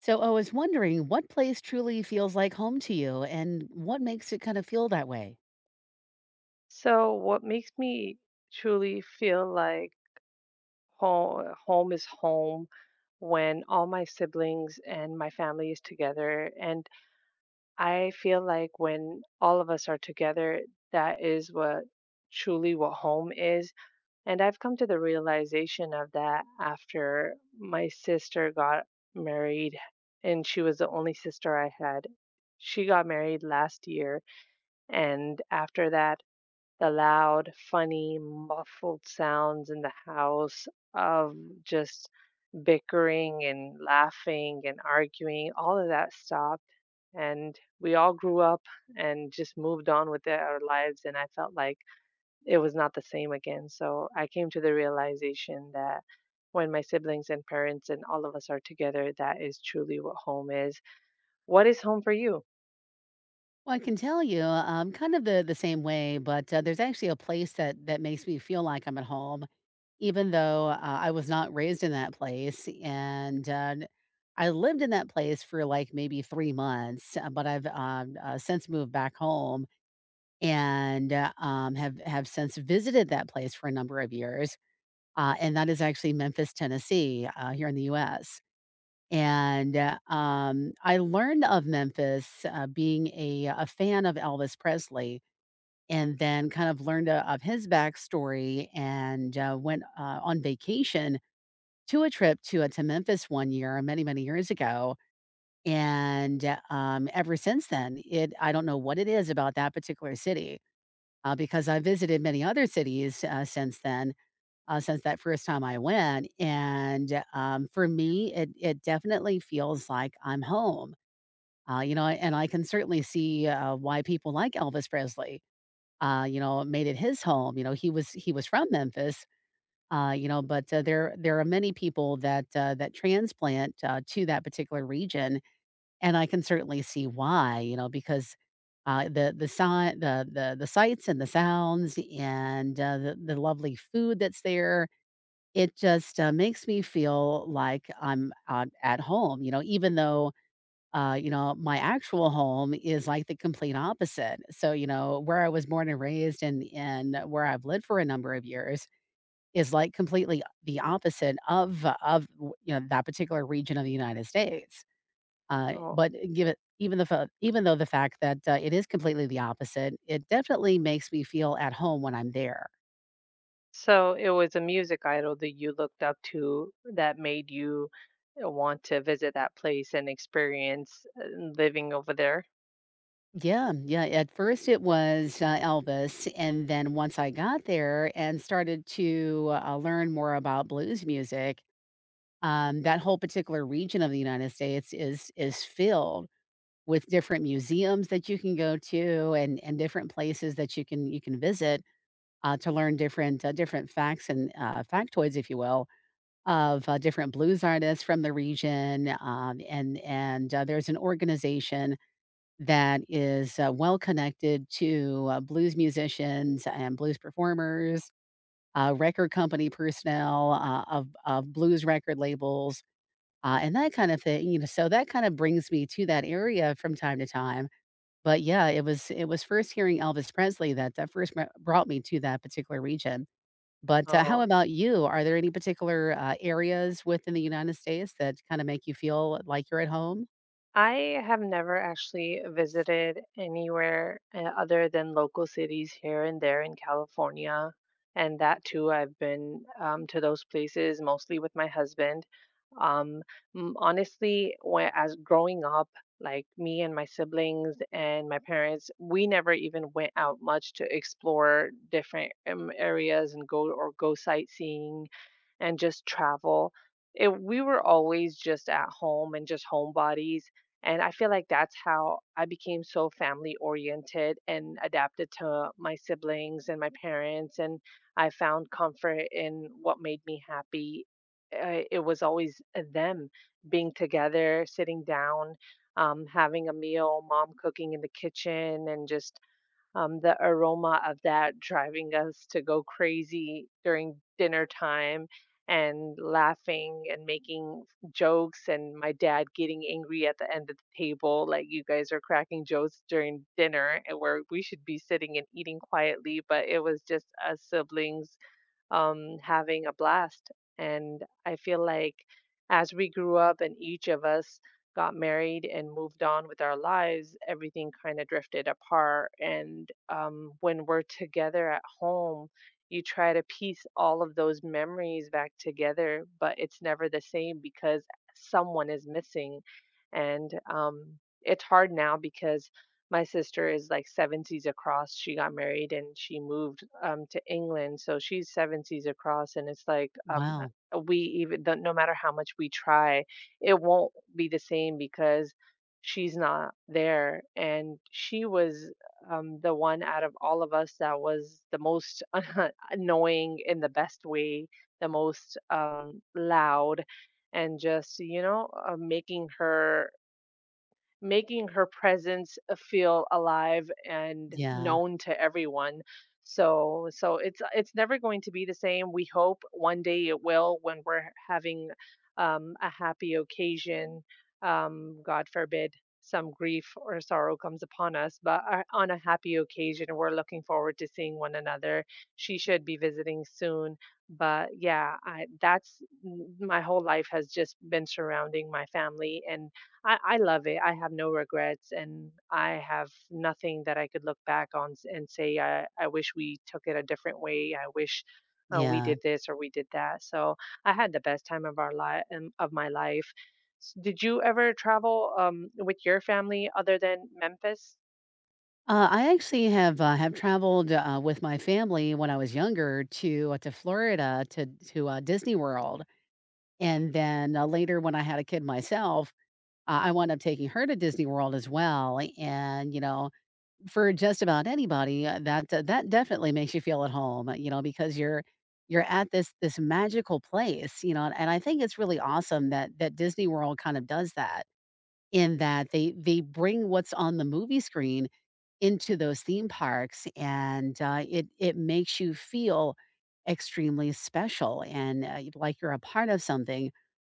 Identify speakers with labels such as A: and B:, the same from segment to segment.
A: So I was wondering what place truly feels like home to you and what makes it kind of feel that way?
B: So, what makes me truly feel like home. Home is home when all my siblings and my family is together. And I feel like when all of us are together, that is what truly what home is. And I've come to the realization of that after my sister got married, and she was the only sister I had. She got married last year, and after that, the loud, funny, muffled sounds in the house of just bickering and laughing and arguing, all of that stopped. And we all grew up and just moved on with our lives. And I felt like it was not the same again. So I came to the realization that when my siblings and parents and all of us are together, that is truly what home is. What is home for you?
A: Well, I can tell you, kind of the same way, but there's actually a place that makes me feel like I'm at home, even though I was not raised in that place. And I lived in that place for like maybe 3 months, but I've since moved back home and have since visited that place for a number of years. And that is actually Memphis, Tennessee, here in the US. And, I learned of Memphis, being a fan of Elvis Presley, and then kind of learned, of his backstory and, went, on vacation to a trip to Memphis one year many, many years ago, and, ever since then, it I don't know what it is about that particular city, because I visited many other cities, since then, since that first time I went. And for me, it definitely feels like I'm home. And I can certainly see why people like Elvis Presley, made it his home. He was from Memphis. But there are many people that that transplant to that particular region, and I can certainly see why. Because the sound, the sights and the sounds, and the lovely food that's there, it just, makes me feel like I'm, at home, even though, my actual home is like the complete opposite. So where I was born and raised and where I've lived for a number of years is like completely the opposite of that particular region of the United States. Uh,
B: Oh,
A: but give it even the fa even though the fact that, it is completely the opposite, it definitely makes me feel at home when I'm there.
B: so it was a music idol that you looked up to that made you want to visit that place and experience living over there?
A: Yeah, yeah. At first, it was Elvis, and then once I got there and started to learn more about blues music. That whole particular region of the United States is filled with different museums that you can go to, and different places that you can visit to learn different facts and factoids, if you will, of different blues artists from the region. And there's an organization that is, well connected to, blues musicians and blues performers, record company personnel, of blues record labels, and that kind of thing, so that kind of brings me to that area from time to time, but yeah, it was first hearing Elvis Presley that first me brought me to that particular region, but, how
B: Oh,
A: about you? Are there any particular, areas within the United States that kinda make you feel like you're at home?
B: I have never actually visited anywhere other than local cities here and there in California. And that too, I've been to those places mostly with my husband. Um, Honestly, as growing up, like me and my siblings and my parents, we never even went out much to explore different areas and go sightseeing and just travel. It, we were always just at home and just homebodies, and I feel like that's how I became so family oriented and adapted to my siblings and my parents, and I found comfort in what made me happy. It was always them being together, sitting down, having a meal, mom cooking in the kitchen, and just, the aroma of that driving us to go crazy during dinner time, and laughing and making jokes, and my dad getting angry at the end of the table like, you guys are cracking jokes during dinner and where we should be sitting and eating quietly, but it was just us siblings having a blast. And I feel like as we grew up and each of us got married and moved on with our lives, everything kind of drifted apart. And when we're together at home, you try to piece all of those memories back together, but it's never the same because someone is missing. And it's hard now because my sister is like seven seas across. She got married and she moved to England, so she's seven seas across. And it's like
A: Wow.
B: no matter how much we try, it won't be the same because she's not there. And she was the one out of all of us that was the most annoying in the best way, the most loud, and just making her presence feel alive and
A: Yeah.
B: known to everyone. So it's never going to be the same. We hope one day it will, when we're having a happy occasion. God forbid some grief or sorrow comes upon us, but on a happy occasion, we're looking forward to seeing one another. She should be visiting soon. But yeah, that's my whole life has just been surrounding my family, and I love it. I have no regrets, and I have nothing that I could look back on and say, I wish we took it a different way. I wish we
A: Yeah.
B: did this or we did that. So I had the best time of our life, of my life. Did you ever travel with your family other than Memphis?
A: I actually have traveled with my family when I was younger to Florida to Disney World, and then later when I had a kid myself, I wound up taking her to Disney World as well. And for just about anybody, that definitely makes you feel at home. Because you're at this magical place. And I think it's really awesome that Disney World kind of does that in that they bring what's on the movie screen into those theme parks, and it makes you feel extremely special and like you're a part of something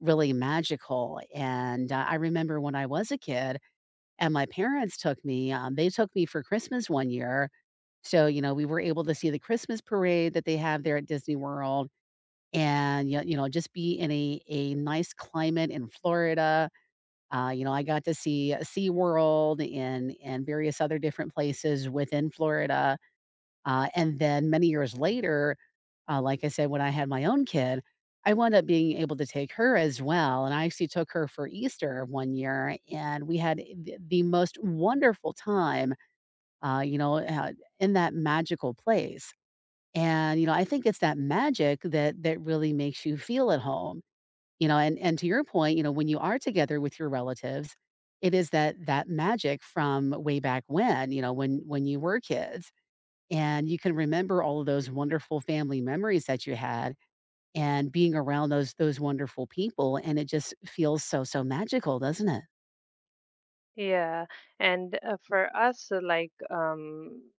A: really magical. And I remember when I was a kid and my parents took me. They took me for Christmas one year, so we were able to see the Christmas parade that they have there at Disney World, and just be in a nice climate in Florida. I got to see SeaWorld and various other different places within Florida, and then many years later, like I said, when I had my own kid, I wound up being able to take her as well, and I actually took her for Easter one year, and we had the most wonderful time, uh, you know, uh, in that magical place. And I think it's that magic that really makes you feel at home, and to your point, when you are together with your relatives, it is that magic from way back when, when you were kids, and you can remember all of those wonderful family memories that you had, and being around those wonderful people, and it just feels so magical, doesn't it?
B: Yeah, and for us, like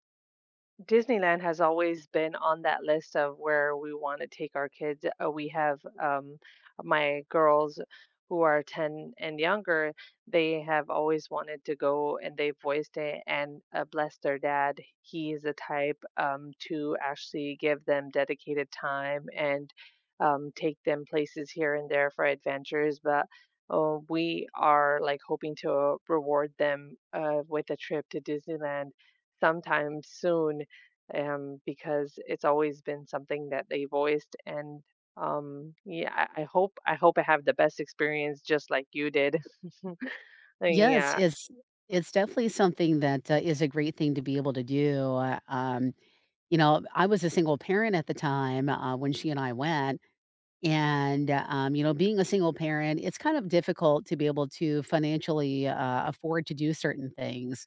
B: Disneyland has always been on that list of where we want to take our kids. We have my girls who are 10 and younger. They have always wanted to go and they voiced it. And bless their dad, he is the type to actually give them dedicated time, and take them places here and there for adventures. But we are like hoping to reward them with a trip to Disneyland sometime soon, because it's always been something that they voiced. And yeah, I hope I have the best experience just like you did.
A: Yes,
B: Yeah,
A: it's definitely something that is a great thing to be able to do. I was a single parent at the time when she and I went. And, being a single parent, it's kind of difficult to be able to financially afford to do certain things.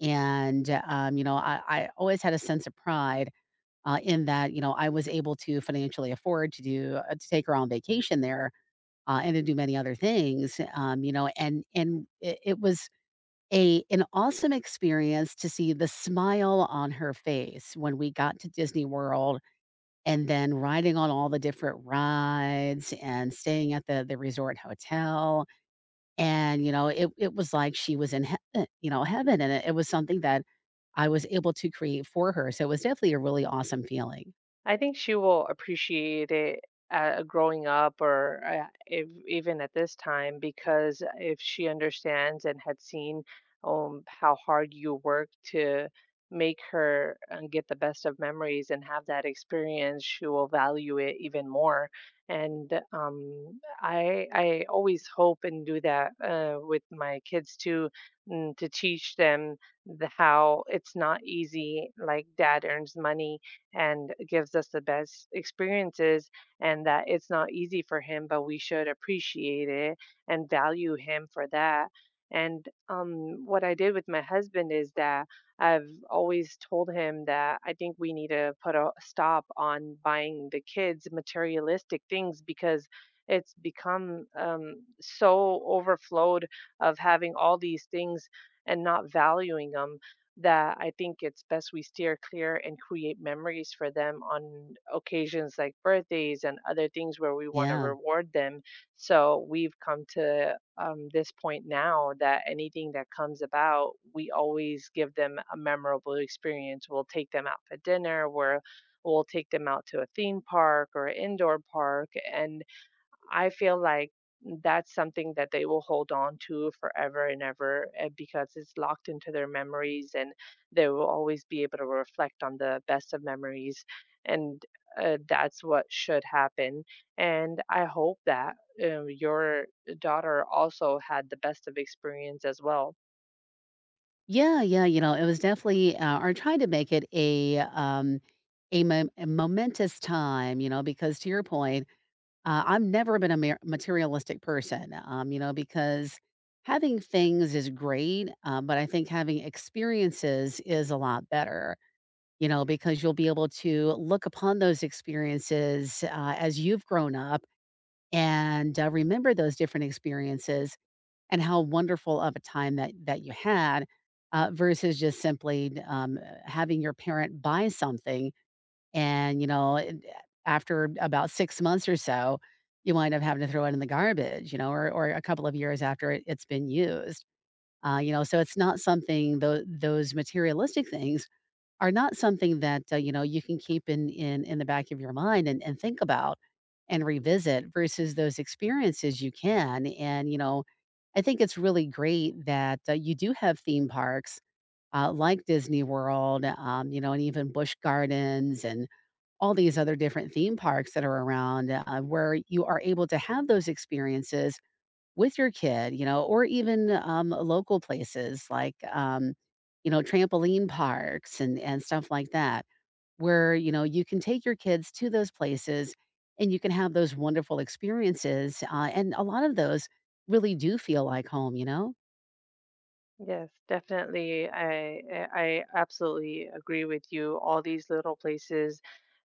A: And, I always had a sense of pride in that, I was able to financially afford to do, to take her on vacation there, and to do many other things, and it was a an awesome experience to see the smile on her face when we got to Disney World, and then riding on all the different rides, and staying at the resort hotel. And, it was like she was in heaven, and it was something that I was able to create for her, so it was definitely a really awesome feeling.
B: I think she will appreciate it growing up, or if, even at this time, because if she understands and had seen how hard you work to make her get the best of memories and have that experience, she will value it even more. And I always hope and do that with my kids too, to teach them the how it's not easy. Like dad earns money and gives us the best experiences, and that it's not easy for him, but we should appreciate it and value him for that. And what I did with my husband is that I've always told him that I think we need to put a stop on buying the kids materialistic things, because it's become so overflowed of having all these things and not valuing them, that I think it's best we steer clear and create memories for them on occasions like birthdays and other things where we want to
A: Yeah.
B: reward them. So we've come to this point now that anything that comes about, we always give them a memorable experience. We'll take them out for dinner, we'll take them out to a theme park or an indoor park. And I feel like that's something that they will hold on to forever and ever, because it's locked into their memories and they will always be able to reflect on the best of memories. And that's what should happen. And I hope that your daughter also had the best of experience as well.
A: Yeah, yeah, it was definitely, or trying to make it a momentous time, because to your point, I've never been a materialistic person, because having things is great, but I think having experiences is a lot better, because you'll be able to look upon those experiences as you've grown up, and remember those different experiences and how wonderful of a time that you had, versus just simply having your parent buy something, and after about 6 months or so, you wind up having to throw it in the garbage, or a couple of years after it's been used. So it's not something, those materialistic things are not something that, you can keep in the back of your mind and think about and revisit, versus those experiences you can, and I think it's really great that, you do have theme parks, like Disney World, and even Busch Gardens and all these other different theme parks that are around, where you are able to have those experiences with your kid, or even local places like, trampoline parks and stuff like that, where, you can take your kids to those places and you can have those wonderful experiences. And a lot of those really do feel like home, you know?
B: Yes, definitely. I absolutely agree with you. All these little places,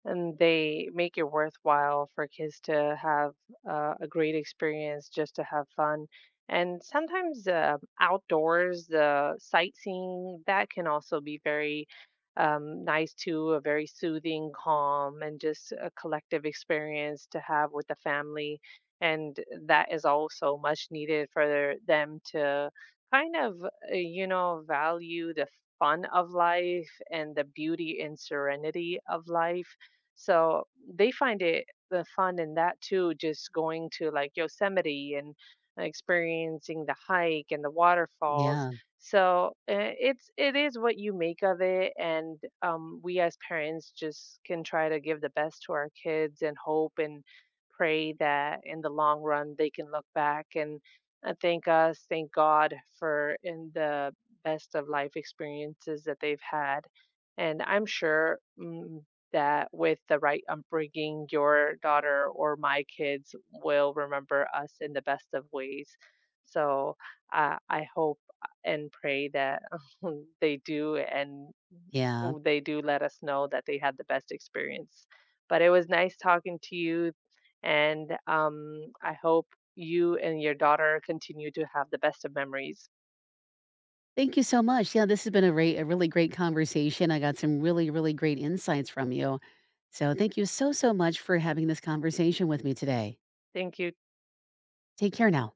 B: and they make it worthwhile for kids to have a great experience, just to have fun. And sometimes outdoors, the sightseeing that can also be very nice too. A very soothing, calm, and just a collective experience to have with the family. And that is also much needed for them to kind of value the fun of life and the beauty and serenity of life. So they find it, the fun in that too, just going to like Yosemite and experiencing the hike and the waterfalls.
A: Yeah,
B: So it is what you make of it, and we as parents just can try to give the best to our kids, and hope and pray that in the long run they can look back and I thank us, thank God for in the best of life experiences that they've had. And I'm sure that with the right upbringing, your daughter or my kids will remember us in the best of ways. So I hope and pray that they do, and
A: yeah.
B: they do let us know that they had the best experience. But it was nice talking to you. And I hope you and your daughter continue to have the best of memories.
A: Thank you so much. Yeah, this has been a really great conversation. I got some really, really great insights from you. So thank you so, so much for having this conversation with me today.
B: Thank you.
A: Take care now.